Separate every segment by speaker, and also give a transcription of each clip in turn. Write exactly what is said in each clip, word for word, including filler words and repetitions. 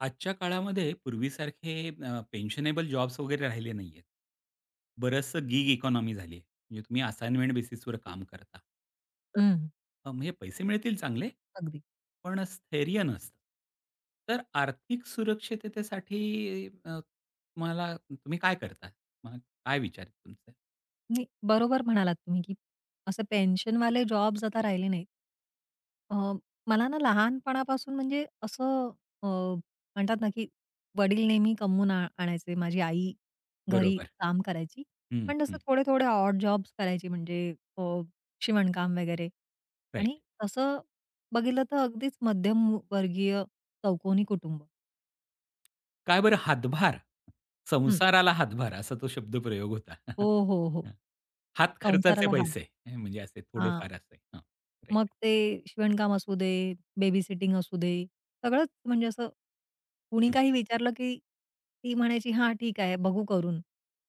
Speaker 1: आजच्या काळामध्ये पूर्वीसारखे अ, पेन्शनेबल जॉब्स वगैरे राहिले नाहीयेत. बरचसं गिग इकॉनॉमी झाली आहे. म्हणजे तुम्ही असाइनमेंट बेसिसवर काम करता. तर
Speaker 2: हं,
Speaker 1: अ, म्हणजे पैसे मिळतील चांगले,
Speaker 2: अगदी.
Speaker 1: पण स्थैर्य नसतं. तर आर्थिक सुरक्षिततेसाठी अ, तुम्हाला तुम्ही काय करता? मग काय विचार आहेत तुमचे?
Speaker 2: नाही, बरोबर म्हणालात तुम्ही, की असे पेन्शनवाले जॉब्स आता राहिले नाहीत. अ, मला ना लहानपणापासून म्हणजे असं अ, म्हणतात ना, की वडील नेहमी कमवून आ आणायचे. माझी आई घरी
Speaker 1: बरोबर.
Speaker 2: काम करायची.
Speaker 1: हं,
Speaker 2: पण तसं
Speaker 1: हं.
Speaker 2: थोडे-थोडे ऑड जॉब्स करायची म्हणजे अ, शिवणकाम वगैरे
Speaker 1: राइट.
Speaker 2: आणि तसं बघितलं तर अगदीच मध्यमवर्गीय चौकोनी कुटुंब.
Speaker 1: काय बरं हातभार?
Speaker 2: हं.
Speaker 1: संसाराला हातभार असा तो शब्दप्रयोग होता.
Speaker 2: हो, हो, हो.
Speaker 1: हात खर्चाचे
Speaker 2: संसाराला हां.
Speaker 1: पैसे हे म्हणजे असे थोडेफार असे. हां, राइट.
Speaker 2: मग ते शिवणकाम असू दे, बेबी सिटिंग असू दे, सगळंच म्हणजे असं कुणी
Speaker 1: हं,
Speaker 2: काही विचारलं, की ती म्हणायची, "हां, ठीक आहे, बघू करून."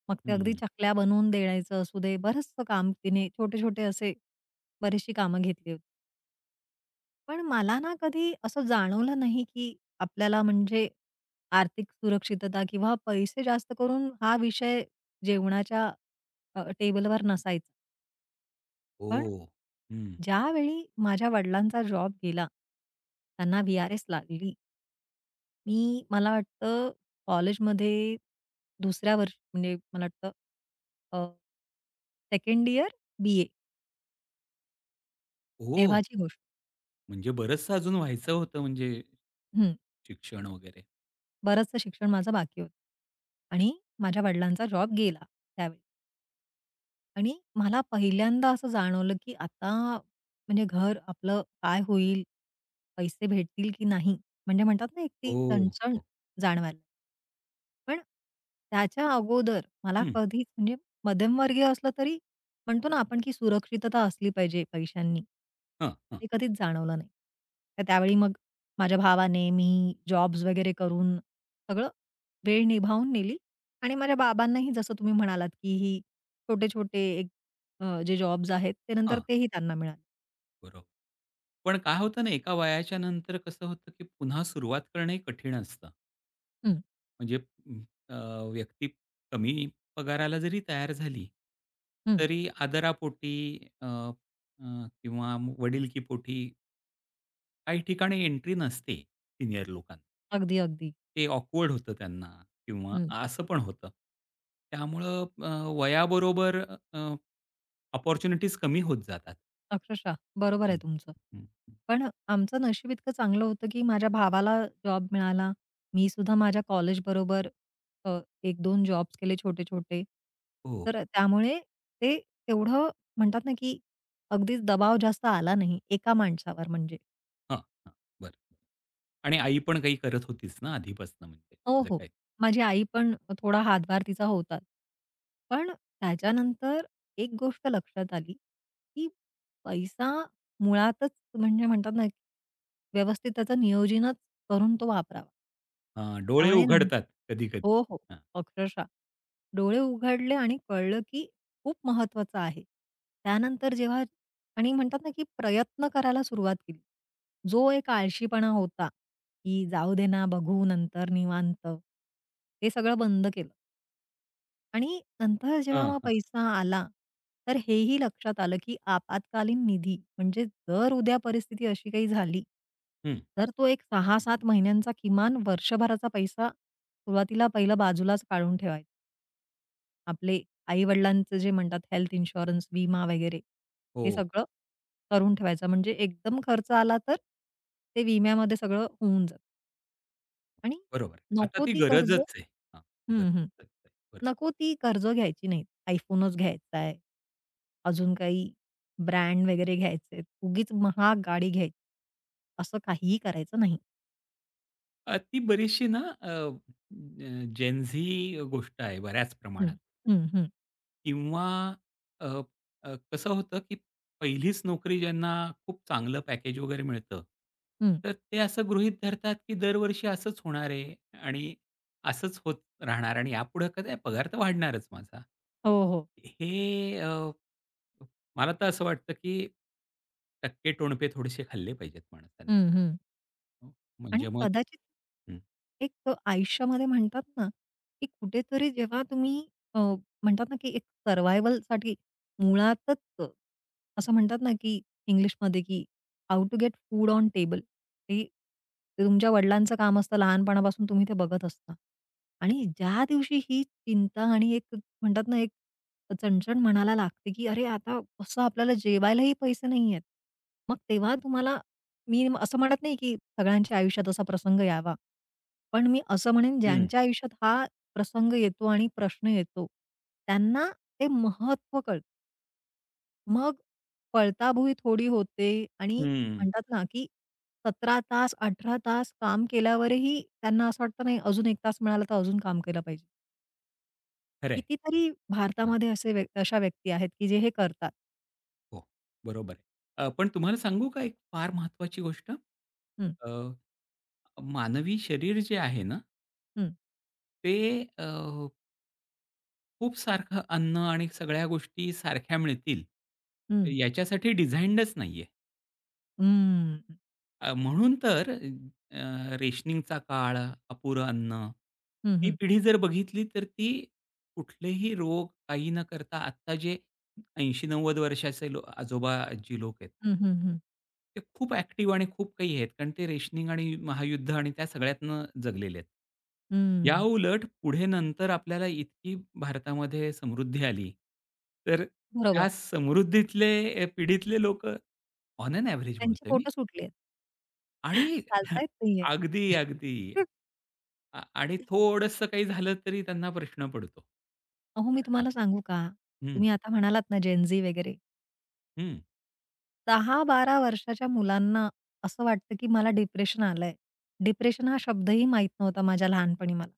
Speaker 2: मग ते अगदी
Speaker 1: हं.
Speaker 2: चकल्या बनवून द्यायचं असू दे, बरंचसं काम तिने छोटे-छोटे असे बरीचशी कामं घेतली होती. पण मला ना कधी असं जाणवलं नाही, की आपल्याला म्हणजे आर्थिक सुरक्षितता किंवा पैसे जास्त करून हा विषय जेवणाच्या अ, टेबलवर नसायचा. पण
Speaker 1: ओह! हं.
Speaker 2: ज्यावेळी माझ्या वडिलांचा जॉब गेला, त्यांना व्ही-आर-एस लागली. मी मला वाटतं कॉलेजमध्ये 2ऱ्या वर्ष म्हणजे मला वाटतं अ, सेकंड इयर बी-ए
Speaker 1: ओह!
Speaker 2: तेव्हाची गोष्ट.
Speaker 1: म्हणजे बरचसं अजून व्हायचं होतं म्हणजे
Speaker 2: हं.
Speaker 1: शिक्षण वगैरे.
Speaker 2: बरचसं शिक्षण माझं बाकी होतं आणि माझ्या वडिलांचा जॉब गेला त्यावेळी. आणि मला पहिल्यांदा असं जाणवलं, की आता म्हणजे घर आपलं काय होईल? पैसे भेटतील की नाही? म्हणजे म्हणतात ना, एक ती
Speaker 1: ओह!
Speaker 2: चणचण
Speaker 1: हो.
Speaker 2: जाणवायला. पण त्याच्या अगोदर मला
Speaker 1: हं.
Speaker 2: कधीच म्हणजे मध्यमवर्गीय असलं तरी म्हणतो ना आपण, की सुरक्षितता असली पाहिजे पैशांनी.
Speaker 1: हां, हां,
Speaker 2: ते कधीच जाणवलं नाही. तर त्यावेळी मग माझ्या भावाने, मी जॉब्स वगैरे करून सगळं वेळ निभावून नेली आणि माझ्या बाबांनाही जसं तुम्ही म्हणालात, की ही छोटे-छोटे एक अ, जे जॉब्स आहेत, ते नंतर
Speaker 1: हां.
Speaker 2: तेही त्यांना मिळाले.
Speaker 1: बरोबर. पण काय होतं ना, एका वयाच्या नंतर कसं होतं, की पुन्हा सुरुवात करणंही कठीण असतं.
Speaker 2: हं,
Speaker 1: म्हणजे अ, व्यक्ती कमी पगाराला जरी तयार झाली,
Speaker 2: हं.
Speaker 1: तरी आदरापोटी अ, अ, किंवा मग वडिलकीपोटी काही ठिकाणी एंट्री नसते सिनियर लोकांना.
Speaker 2: अगदी, अगदी.
Speaker 1: ते ऑकवर्ड होतं त्यांना किंवा
Speaker 2: हं.
Speaker 1: असं पण होतं. त्यामुळं अ, वयाबरोबर अ, अपॉर्च्युनिटीज कमी होत जातात.
Speaker 2: अक्षरशः बरोबर आहे
Speaker 1: हं,
Speaker 2: तुमचं.
Speaker 1: हं, हं.
Speaker 2: पण आमचं नशीब इतकं चांगलं होतं, की माझ्या भावाला जॉब मिळाला. मी सुद्धा माझ्या कॉलेजबरोबर अ, एक-दोन जॉब्स केले छोटे-छोटे.
Speaker 1: हो.
Speaker 2: तर त्यामुळे ते तेवढं म्हणतात ना, की अगदीच दबाव जास्त आला नाही एका माणसावर म्हणजे.
Speaker 1: हां, हां. बरं. आणि आई पण काही करत होतीच ना आधीपासून म्हणजे
Speaker 2: हो,
Speaker 1: जे
Speaker 2: हो.
Speaker 1: काही
Speaker 2: माझी आई पण थोडा हातभार तिचा होताच. पण त्याच्यानंतर एक गोष्ट लक्षात आली, की पैसा मुळातच म्हणजे म्हणतात ना, की व्यवस्थित त्याचं नियोजनच करून तो वापरावा.
Speaker 1: हां, डोळे
Speaker 2: त्यामुळे नं
Speaker 1: उघडतात कधी-कधी.
Speaker 2: हो, हो.
Speaker 1: हां,
Speaker 2: अक्षरशः. डोळे उघडले आणि कळलं, की खूप महत्वाचं आहे. त्यानंतर जेव्हा आणि म्हणतात ना, की प्रयत्न करायला सुरुवात केली. जो एक आळशीपणा होता की जाऊ दे ना, बघू नंतर निवांत. ते सगळं बंद केलं आणि नंतर जेव्हा
Speaker 1: हां,
Speaker 2: मग
Speaker 1: हां.
Speaker 2: पैसा आला, तर हेही लक्षात आलं, की आपत्कालीन निधी म्हणजे जर उद्या परिस्थिती अशी काही झाली,
Speaker 1: हं.
Speaker 2: तर तो एक सहा ते सात महिन्यांचा किमान वर्षभराचा पैसा सुरुवातीला पहिला बाजूलाच काढून ठेवायचा. आपले आई-वडिलांचं जे म्हणतात हेल्थ इन्शुरन्स, विमा वगैरे
Speaker 1: हो,
Speaker 2: हे सगळं करून ठेवायचं. म्हणजे एकदम खर्च आला तर ते विम्यामध्ये सगळं होऊन जातं. आणि
Speaker 1: बरोबर. आता
Speaker 2: नको
Speaker 1: ती
Speaker 2: ती कर्ज
Speaker 1: गरजच आहे. हां,
Speaker 2: हं,
Speaker 1: गरजच
Speaker 2: हं.
Speaker 1: आहे. बरोबर.
Speaker 2: नको ती कर्ज घ्यायची नाहीत. iPhoneच घ्यायचा आहे. अजून काही ब्रँड वगैरे घ्यायचे उगीच महाग गाडी घ्यायची. असं काहीही करायचं नाही.
Speaker 1: अ, ती बरीचशी ना अ, अ, जेनझी गोष्ट आहे बऱ्याच प्रमाणात.
Speaker 2: हं, हं, हं,
Speaker 1: किंवा अ, अ, कसं होतं, की पहिलीच नोकरी ज्यांना खूप चांगलं पॅकेज वगैरे मिळतं,
Speaker 2: हं.
Speaker 1: तर ते असं गृहीत धरतात, की दरवर्षी असंच होणार आहे आणि असंच होत राहणार आणि यापुढे कधी पगार तर वाढणारच माझा.
Speaker 2: हो, हो.
Speaker 1: हे अ, मला तर असं वाटतं, की टक्के टोणपे थोडेसे खाल्ले पाहिजेत माणसाने.
Speaker 2: हं, हं.
Speaker 1: हो, म्हणजे
Speaker 2: आणि
Speaker 1: मग
Speaker 2: कदाचित एक अ, आयुष्यामध्ये म्हणतात ना, की कुठेतरी जेव्हा तुम्ही अ, म्हणतात ना, की एक सर्व्हायव्हलसाठी मुळातच अ, असं म्हणतात ना, की इंग्लिशमध्ये की how to get food on table. ते ते तुमच्या वडिलांचं काम असतं लहानपणापासून तुम्ही ते बघत असता. आणि ज्या दिवशी ही चिंता आणि एक म्हणतात ना, एक चणचण मनाला लागते, की अरे, आता कसं आपल्याला जेवायलाही पैसे नाहीयेत. मग तेव्हा तुम्हाला मी म- असं म्हणत नाही, की सगळ्यांच्या आयुष्यात असा प्रसंग यावा. पण मी असं म्हणेन
Speaker 1: हं.
Speaker 2: ज्यांच्या आयुष्यात हा प्रसंग येतो आणि प्रश्न येतो, त्यांना ते महत्त्व कळतं. मग पळताभुई थोडी होते आणि
Speaker 1: हं.
Speaker 2: म्हणतात ना, की सतरा तास, अठरा तास काम केल्यावरही त्यांना असं वाटतं नाही अजून एक तास मिळाला तर अजून काम केलं पाहिजे.
Speaker 1: खरं आहे.
Speaker 2: कितीतरी
Speaker 1: हां.
Speaker 2: भारतामध्ये असे व्यक् अशा व्यक्ती आहेत, की जे हे करतात.
Speaker 1: हो, बरोबर आहे. अ, पण तुम्हाला सांगू का एक फार महत्त्वाची गोष्ट?
Speaker 2: हं,
Speaker 1: अ, मानवी शरीर जे आहे ना,
Speaker 2: हं,
Speaker 1: ते अ, खूप सारखं अन्न आणि सगळ्या गोष्टी सारख्या मिळतील,
Speaker 2: हं,
Speaker 1: याच्यासाठी डिझाइनडच नाही आहे.
Speaker 2: हं,
Speaker 1: अ, म्हणून तर अ, रेशनिंगचा काळ, अपुरं अन्न,
Speaker 2: हं,
Speaker 1: ही
Speaker 2: हं,
Speaker 1: पिढी जर बघितली तर ती कुठलेही रोग काही न करता आत्ता जे ऐंशी नव्वद वर्षाचे लो आजोबा-आजी लोक आहेत
Speaker 2: हं, हं, हं,
Speaker 1: ते खूप ॲक्टिव्ह आणि खूप काही आहेत, कारण ते रेशनिंग आणि महायुद्ध आणि त्या सगळ्यातनं जगलेले आहेत. या
Speaker 2: हं.
Speaker 1: उलट पुढे नंतर आपल्याला इतकी भारतामध्ये समृद्धी आली, तर त्या
Speaker 2: बरोबर.
Speaker 1: समृद्धीतले अ, पिढीतले लोकं ऑन एन एव्हरेज
Speaker 2: त्यांचे
Speaker 1: म्हणतोय मी
Speaker 2: फोटो सुटलेत.
Speaker 1: आणि
Speaker 2: चालता येत नाहीये.
Speaker 1: अगदी, अगदी आ आणि थोडंसं काही झालं तरी त्यांना प्रश्न पडतो.
Speaker 2: अहो, मी
Speaker 1: हां.
Speaker 2: तुम्हाला सांगू का?
Speaker 1: हं,
Speaker 2: तुम्ही आता म्हणालात ना जेन झी वगैरे.
Speaker 1: हं.
Speaker 2: दहा ते बारा वर्षाच्या मुलांना असं वाटतं, की मला डिप्रेशन आलंय. डिप्रेशन हा शब्दही माहीत नव्हता माझ्या लहानपणी मला.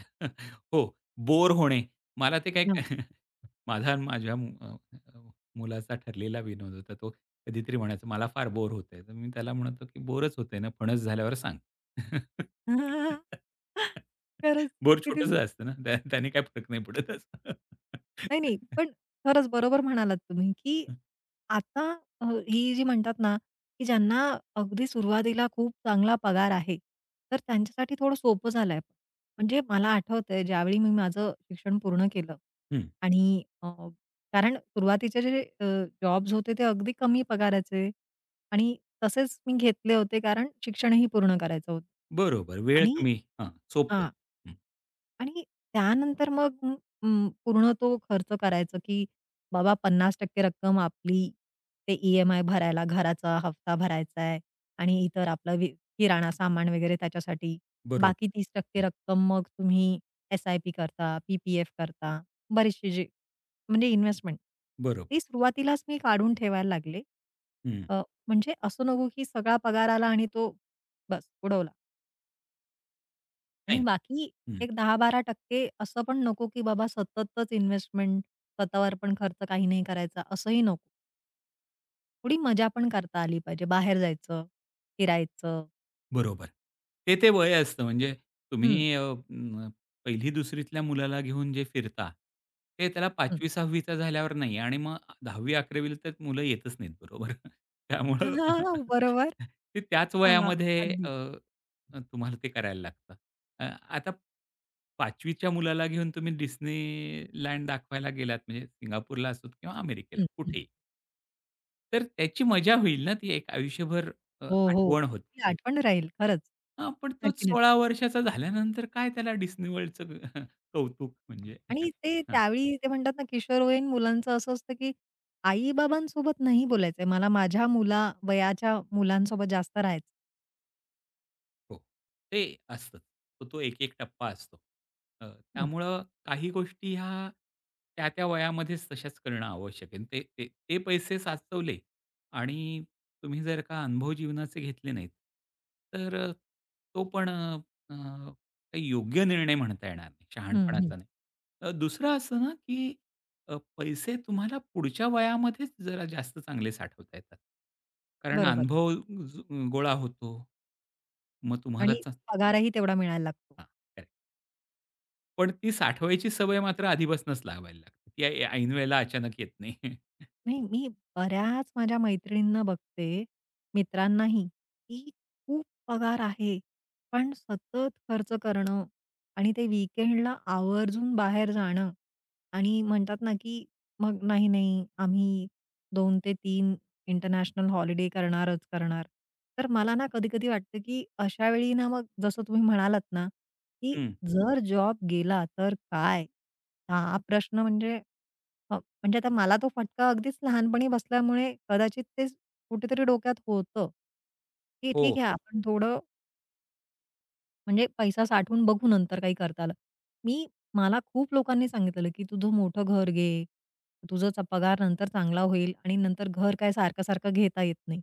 Speaker 1: हो, बोर होणे. मला ते काही
Speaker 2: हां.
Speaker 1: माझा आणि माझ्या मु अ, अ, मुलाचा ठरलेला विनोद होता. तो कधीतरी म्हणायचा, "मला फार बोर होतंय." तर मी त्याला म्हणतो, की "बोरच होतंय ना, फणस झाल्यावर सांग."
Speaker 2: खरंच
Speaker 1: बोर
Speaker 2: किती
Speaker 1: छोटंसं असतं ना, त्या त्याने काही फरक नाही पडत असं.
Speaker 2: नाही, नाही. पण खरंच बरोबर म्हणालात तुम्ही, की आता अ, ही जी म्हणतात ना, की ज्यांना अगदी सुरुवातीला खूप चांगला पगार आहे, तर त्यांच्यासाठी थोडं सोपं झालंय. म्हणजे मला आठवतंय ज्यावेळी मी माझं शिक्षण पूर्ण केलं
Speaker 1: हं,
Speaker 2: आणि अ, कारण सुरुवातीचे जे जॉब्स होते ते अगदी कमी पगाराचे आणि तसेच मी घेतले होते कारण शिक्षणही पूर्ण करायचं होतं
Speaker 1: बरोबर. वेळ
Speaker 2: आणि
Speaker 1: कमी हां, सोपं.
Speaker 2: हां.
Speaker 1: हं,
Speaker 2: आणि त्यानंतर मग अं, पूर्ण तो खर्च करायचा, की बाबा पन्नास टक्के रक्कम आपली ते ई-एम-आय भरायला, घराचा हफ्ता भरायचा आहे आणि इतर आपलं वि किराणा सामान वगैरे त्याच्यासाठी.
Speaker 1: बरोबर.
Speaker 2: बाकी तीस टक्के
Speaker 1: हं,
Speaker 2: रक्कम मग तुम्ही एस-आय-पी करता, पी-पी-एफ करता. बरेचसे जे म्हणजे इन्व्हेस्टमेंट.
Speaker 1: बरोबर.
Speaker 2: ती सुरुवातीलाच मी काढून ठेवायला लागले.
Speaker 1: हं,
Speaker 2: अ, म्हणजे असं नको की सगळा पगार आला आणि तो बस उडवला. आणि
Speaker 1: नाही.
Speaker 2: बाकी एक दहा बारा टक्के असं पण नको, की बाबा सततच इन्व्हेस्टमेंट, स्वतःवर पण खर्च काही नाही करायचा, असंही नको. थोडी मजा पण करता आली पाहिजे. बाहेर जायचं, फिरायचं.
Speaker 1: बरोबर. ते, ते वय असतं म्हणजे
Speaker 2: हं,
Speaker 1: तुम्ही अ, अं, 1ली-2रीतल्या मुलाला घेऊन जे फिरता, ते त्याला
Speaker 2: हं.
Speaker 1: 5वी-6वी झाल्यावर नाही आणि मग 10वी-11वी तर मुलं येतच नाहीत बरोबर. त्यामुळं
Speaker 2: हां, बरोबर.
Speaker 1: ते त्याच
Speaker 2: हां,
Speaker 1: वयामध्ये
Speaker 2: अगदी.
Speaker 1: अ, अ, तुम्हाला ते करायला लागतं. अ, आता 5वी मुलाला घेऊन तुम्ही डिस्नीलँड दाखवायला गेलात म्हणजे सिंगापूरला असोत किंवा अमेरिकेला
Speaker 2: हं, हं.
Speaker 1: कुठेही, तर त्याची मजा होईल ना ती एक आयुष्यभर अ,
Speaker 2: हो, हो.
Speaker 1: आठवण होते.
Speaker 2: ती आठवण राहील खरंच.
Speaker 1: हां, पण तोच
Speaker 2: नक्की,
Speaker 1: सोळा
Speaker 2: नक्की.
Speaker 1: वर्षाचा झाल्यानंतर काय त्याला Disney Worldचं कौतुक म्हणजे
Speaker 2: आणि ते
Speaker 1: हां,
Speaker 2: त्यावेळी ते म्हणतात ना, किशोरवयीन मुलांचं असं असतं, की आई-बाबांसोबत नाही बोलायचंय. मला माझ्या मुला वयाच्या मुलांसोबत जास्त राहायचं.
Speaker 1: हो. ते असतंच. तो तो एक-एक टप्पा असतो. अ,
Speaker 2: हं,
Speaker 1: त्यामुळं काही गोष्टी ह्या त्या-त्या वयामध्येच तशाच करणं आवश्यक आहे. ते ते ते पैसे साचवले आणि तुम्ही जर का अनुभव जीवनाचे घेतले नाहीत, तर अ, तो पण अ, अ, काही योग्य निर्णय म्हणता येणार नाही.
Speaker 2: हं, हं.
Speaker 1: शहाणपणाचा नाही. अ, दुसरं असं ना, की अ, पैसे तुम्हाला पुढच्या वयामध्येच जरा जास्त चांगले साठवता येतात. कारण
Speaker 2: बरोबर.
Speaker 1: अनुभव ज गोळा होतो. मग तुम्हाला
Speaker 2: आणि
Speaker 1: च
Speaker 2: पगारही तेवढा मिळायला लागतो.
Speaker 1: हां, करेक्ट. पण ती साठवायची सवय मात्र आधीपासूनच लावायला लागते. ती ऐ ऐनवेळेला अचानक येत नाही.
Speaker 2: नाही, मी बऱ्याच माझ्या मैत्रिणींना बघते, मित्रांनाही, की खूप पगार आहे, पण सतत खर्च करणं आणि ते वीकेंडला आवर्जून बाहेर जाणं आणि म्हणतात ना, की मग "नाही, नाही, आम्ही दोन ते तीन इंटरनॅशनल हॉलिडे करणारच करणार." तर मला ना कधी-कधी वाटतं, की अशा वेळी ना मग जसं तुम्ही म्हणालात ना, की
Speaker 1: हं.
Speaker 2: जर जॉब गेला तर काय? हा प्रश्न म्हणजे म्हणजे आता मला तो फटका अगदीच लहानपणी बसल्यामुळे कदाचित ते कुठेतरी डोक्यात होतं, की
Speaker 1: हो.
Speaker 2: ठीक आहे आपण थोडं म्हणजे पैसा साठवून बघू नंतर काही करता आलं. मी मला खूप लोकांनी सांगितलेलं, की "तुझं मोठं घर घे, तुझा च पगार नंतर चांगला होईल आणि नंतर घर काय सारखं-सारखं घेता येत नाही."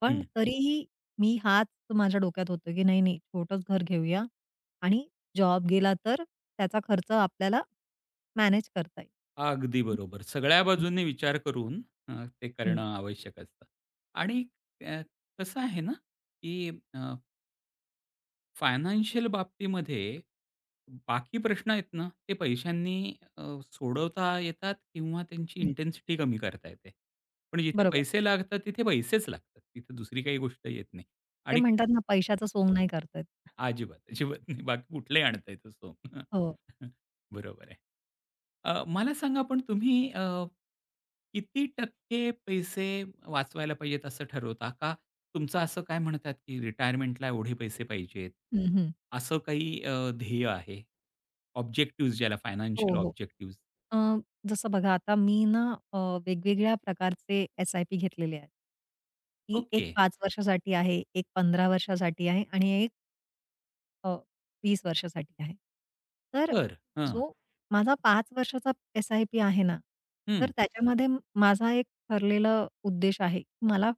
Speaker 2: पण
Speaker 1: हं.
Speaker 2: तरीही मी हाच माझ्या डोक्यात होतं, की नाही, नाही छोटंच घर घेऊया आणि जॉब गेला तर त्याचा खर्च आपल्याला मॅनेज करता येईल.
Speaker 1: अगदी बरोबर. सगळ्या
Speaker 2: हं,
Speaker 1: बाजूंनी विचार करून अ, ते करणं आवश्यक असतं. आणि अ, कसं आहे ना, की फायनान्शियल बाबतीमध्ये बाकी प्रश्न आहेत ना, ते पैशांनी अ, सोडवता येतात किंवा त्यांची इंटेन्सिटी कमी करता येते. पण जिथे
Speaker 2: बरोबर.
Speaker 1: पैसे लागतात, तिथे पैसेच लागतात. तिथे दुसरी काही गोष्ट येत नाही.
Speaker 2: ते
Speaker 1: आणि
Speaker 2: म्हणतात ना, पैशाचं सोंग नाही करता येत.
Speaker 1: अजिबात, अजिबात नाही. बाकी कुठलंही आणता येतं सोंग.
Speaker 2: हो.
Speaker 1: बरोबर आहे. अ, मला सांगा पण तुम्ही अ, किती टक्के पैसे वाचवायला पाहिजेत असं ठरवता का? तुमचं असं काय म्हणतात, की रिटायरमेंटला एवढे पैसे पाहिजेत,
Speaker 2: हं, हं.
Speaker 1: असं काही अ, ध्येय आहे? ऑब्जेक्टिव्हज ज्याला
Speaker 2: हो,
Speaker 1: फायनान्शियल
Speaker 2: हो.
Speaker 1: ऑब्जेक्टिव्हज.
Speaker 2: अ, जसं बघा आता मी ना अ, वेगवेगळ्या प्रकारचे एस-आय-पी घेतलेले आहेत. की एक
Speaker 1: ओके.
Speaker 2: पाच वर्षासाठी आहे, एक पंधरा वर्षासाठी आहे आणि एक अ, वीस वर्षासाठी आहे. तर
Speaker 1: बरं. हां.
Speaker 2: जो माझा पाच वर्षाचा एस-आय-पी आहे ना,
Speaker 1: हं.
Speaker 2: तर त्याच्यामध्ये माझा एक ठरलेला उद्देश आहे. की मला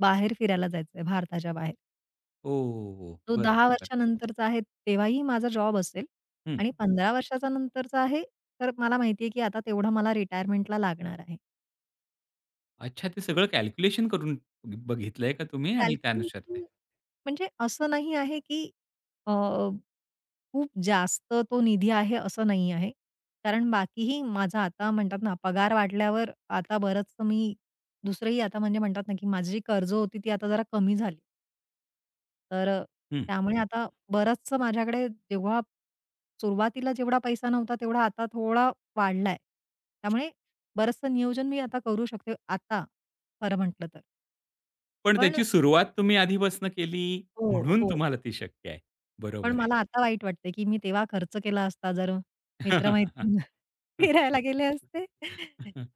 Speaker 2: बाहेर फिरायला जायचंय भारताच्या बाहेर.
Speaker 1: ओह!
Speaker 2: जो
Speaker 1: बरं,
Speaker 2: दहा
Speaker 1: बरं, बरं.
Speaker 2: वर्षानंतरचा आहे तेव्हाही माझा जॉब असेल आणि
Speaker 1: हं.
Speaker 2: पंधरा वर्षाचा नंतरचा आहे, तर मला माहिती आहे की आता तेवढा मला रिटायरमेंटला लागणार आहे.
Speaker 1: अच्छा ते सगळं कॅल्क्युलेशन करून बघितलंय का तुम्ही आणि त्यानुसार ते
Speaker 2: कॅल्क्युलेशन म्हणजे असं नाही आहे की अ, खूप जास्त तो निधी आहे असं नाही आहे. कारण बाकीही माझा आता म्हणतात ना पगार वाढल्यावर आता बरंचसं मी दुसरंही आता म्हणजे म्हणतात ना की माझी जी कर्ज होती ती आता जरा कमी झाली. तर अ,
Speaker 1: हं,
Speaker 2: त्यामुळे
Speaker 1: हं.
Speaker 2: आता बरंचसं माझ्याकडे जेव्हा सुरुवातीला जेवढा पैसा नव्हता तेवढा आता थोडा वाढलाय. त्यामुळे बरंचसं नियोजन मी आता करू शकते आता, खरं म्हटलं तर.
Speaker 1: पण
Speaker 2: पण
Speaker 1: त्याची सुरुवात तुम्ही आधीपासून केली
Speaker 2: हो,
Speaker 1: म्हणून
Speaker 2: हो.
Speaker 1: तुम्हाला ती शक्य आहे. बरोबर
Speaker 2: पण मला
Speaker 1: आहे.
Speaker 2: आता वाईट वाटतंय, की मी तेव्हा खर्च केला असता जर मित्र फिरायला गेले असते.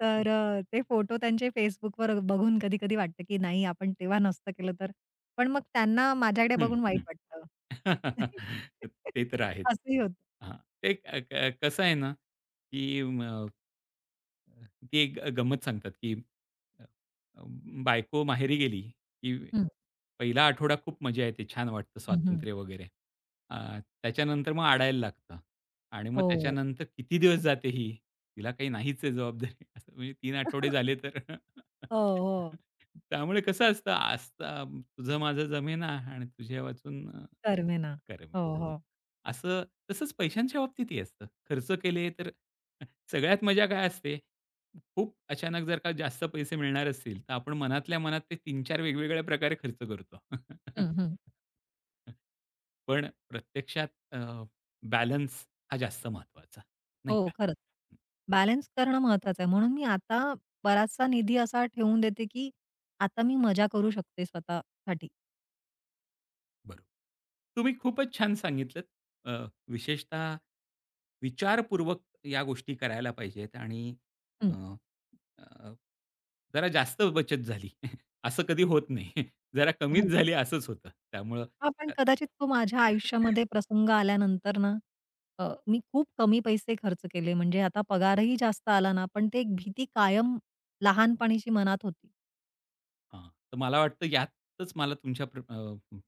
Speaker 2: तर अ, ते फोटो त्यांचे Facebookवर बघून कधी-कधी वाटतं, की नाही आपण तेव्हा नसतं केलं तर. पण मग त्यांना माझ्याकडे
Speaker 1: हं,
Speaker 2: बघून वाईट
Speaker 1: हं.
Speaker 2: वाटतं.
Speaker 1: ते तर आहेच.
Speaker 2: असंही होतं.
Speaker 1: हां. ते क क कसं आहे ना, की म ती एक अ, गंमत सांगतात, की अ, अ, बायको माहेरी गेली, की
Speaker 2: हं,
Speaker 1: पहिला आठवडा खूप मजा येते, छान वाटतं
Speaker 2: हं, हं.
Speaker 1: स्वातंत्र्य वगैरे. अ, त्याच्यानंतर मग अडायला लागतं आणि मग
Speaker 2: हो,
Speaker 1: त्याच्यानंतर किती दिवस जाते ही? तिला काही नाहीच आहे जबाबदारी असं म्हणजे तीन आठवडे झाले तर
Speaker 2: हो, हो.
Speaker 1: त्यामुळे कसं असतं, "आज तुझं माझं जमेना आणि तुझ्या वाचून"
Speaker 2: करमेना.
Speaker 1: खरं
Speaker 2: हो,
Speaker 1: मिळतं.
Speaker 2: हो.
Speaker 1: असं तसंच पैशांच्या बाबतीतही असतं. खर्च केले तर सगळ्यात मजा काय असते? खूप अचानक जर का जास्त पैसे मिळणार असतील, तर आपण मनातल्या मनात ते तीन चार वेगवेगळ्या प्रकारे खर्च करतो.
Speaker 2: हं, हं.
Speaker 1: पण प्रत्यक्षात अ, बॅलन्स हा जास्त महत्त्वाचा, नाही
Speaker 2: हो,
Speaker 1: का?
Speaker 2: खरंच. बॅलन्स करणं महत्वाचं आहे. म्हणून मी आता बराचसा निधी असा ठेवून देते, की आता मी मजा करू शकते स्वतःसाठी.
Speaker 1: बरोबर. तुम्ही खूपच छान सांगितलत. अ, विशेषतः विचारपूर्वक या गोष्टी करायला पाहिजेत आणि
Speaker 2: हं,
Speaker 1: अ, जरा जास्त बचत झाली. असं कधी होत नाही. जरा कमीच
Speaker 2: हो.
Speaker 1: झाली असंच होतं. त्यामुळं
Speaker 2: हां, पण
Speaker 1: अ
Speaker 2: कदाचित तो माझ्या आयुष्यामध्ये प्रसंग आल्यानंतर ना, अ, मी खूप कमी पैसे खर्च केले. म्हणजे आता पगारही जास्त आला ना, पण ते एक भीती कायम लहानपणीची मनात होती.
Speaker 1: हां. तर मला वाटतं यातच मला तुमच्या प्र अ,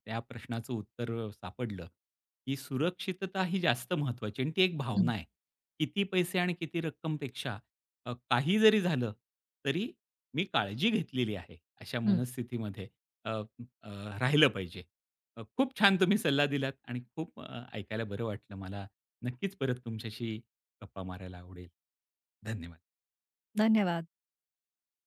Speaker 1: त्या प्रश्नाचं उत्तर अ, सापडलं, की सुरक्षितता ही जास्त महत्त्वाची आणि ती एक
Speaker 2: हं,
Speaker 1: भावना आहे. किती पैसे आणि किती रक्कमपेक्षा अ, काही जरी झालं, तरी मी काळजी घेतलेली आहे. अशा
Speaker 2: हं.
Speaker 1: मनस्थितीमध्ये अ, अ, राहिलं पाहिजे. अ, खूप छान तुम्ही सल्ला दिलात आणि खूप अ, ऐकायला बरं वाटलं मला. नक्कीच परत तुमच्याशी गप्पा मारायला आवडेल. धन्यवाद.
Speaker 2: धन्यवाद.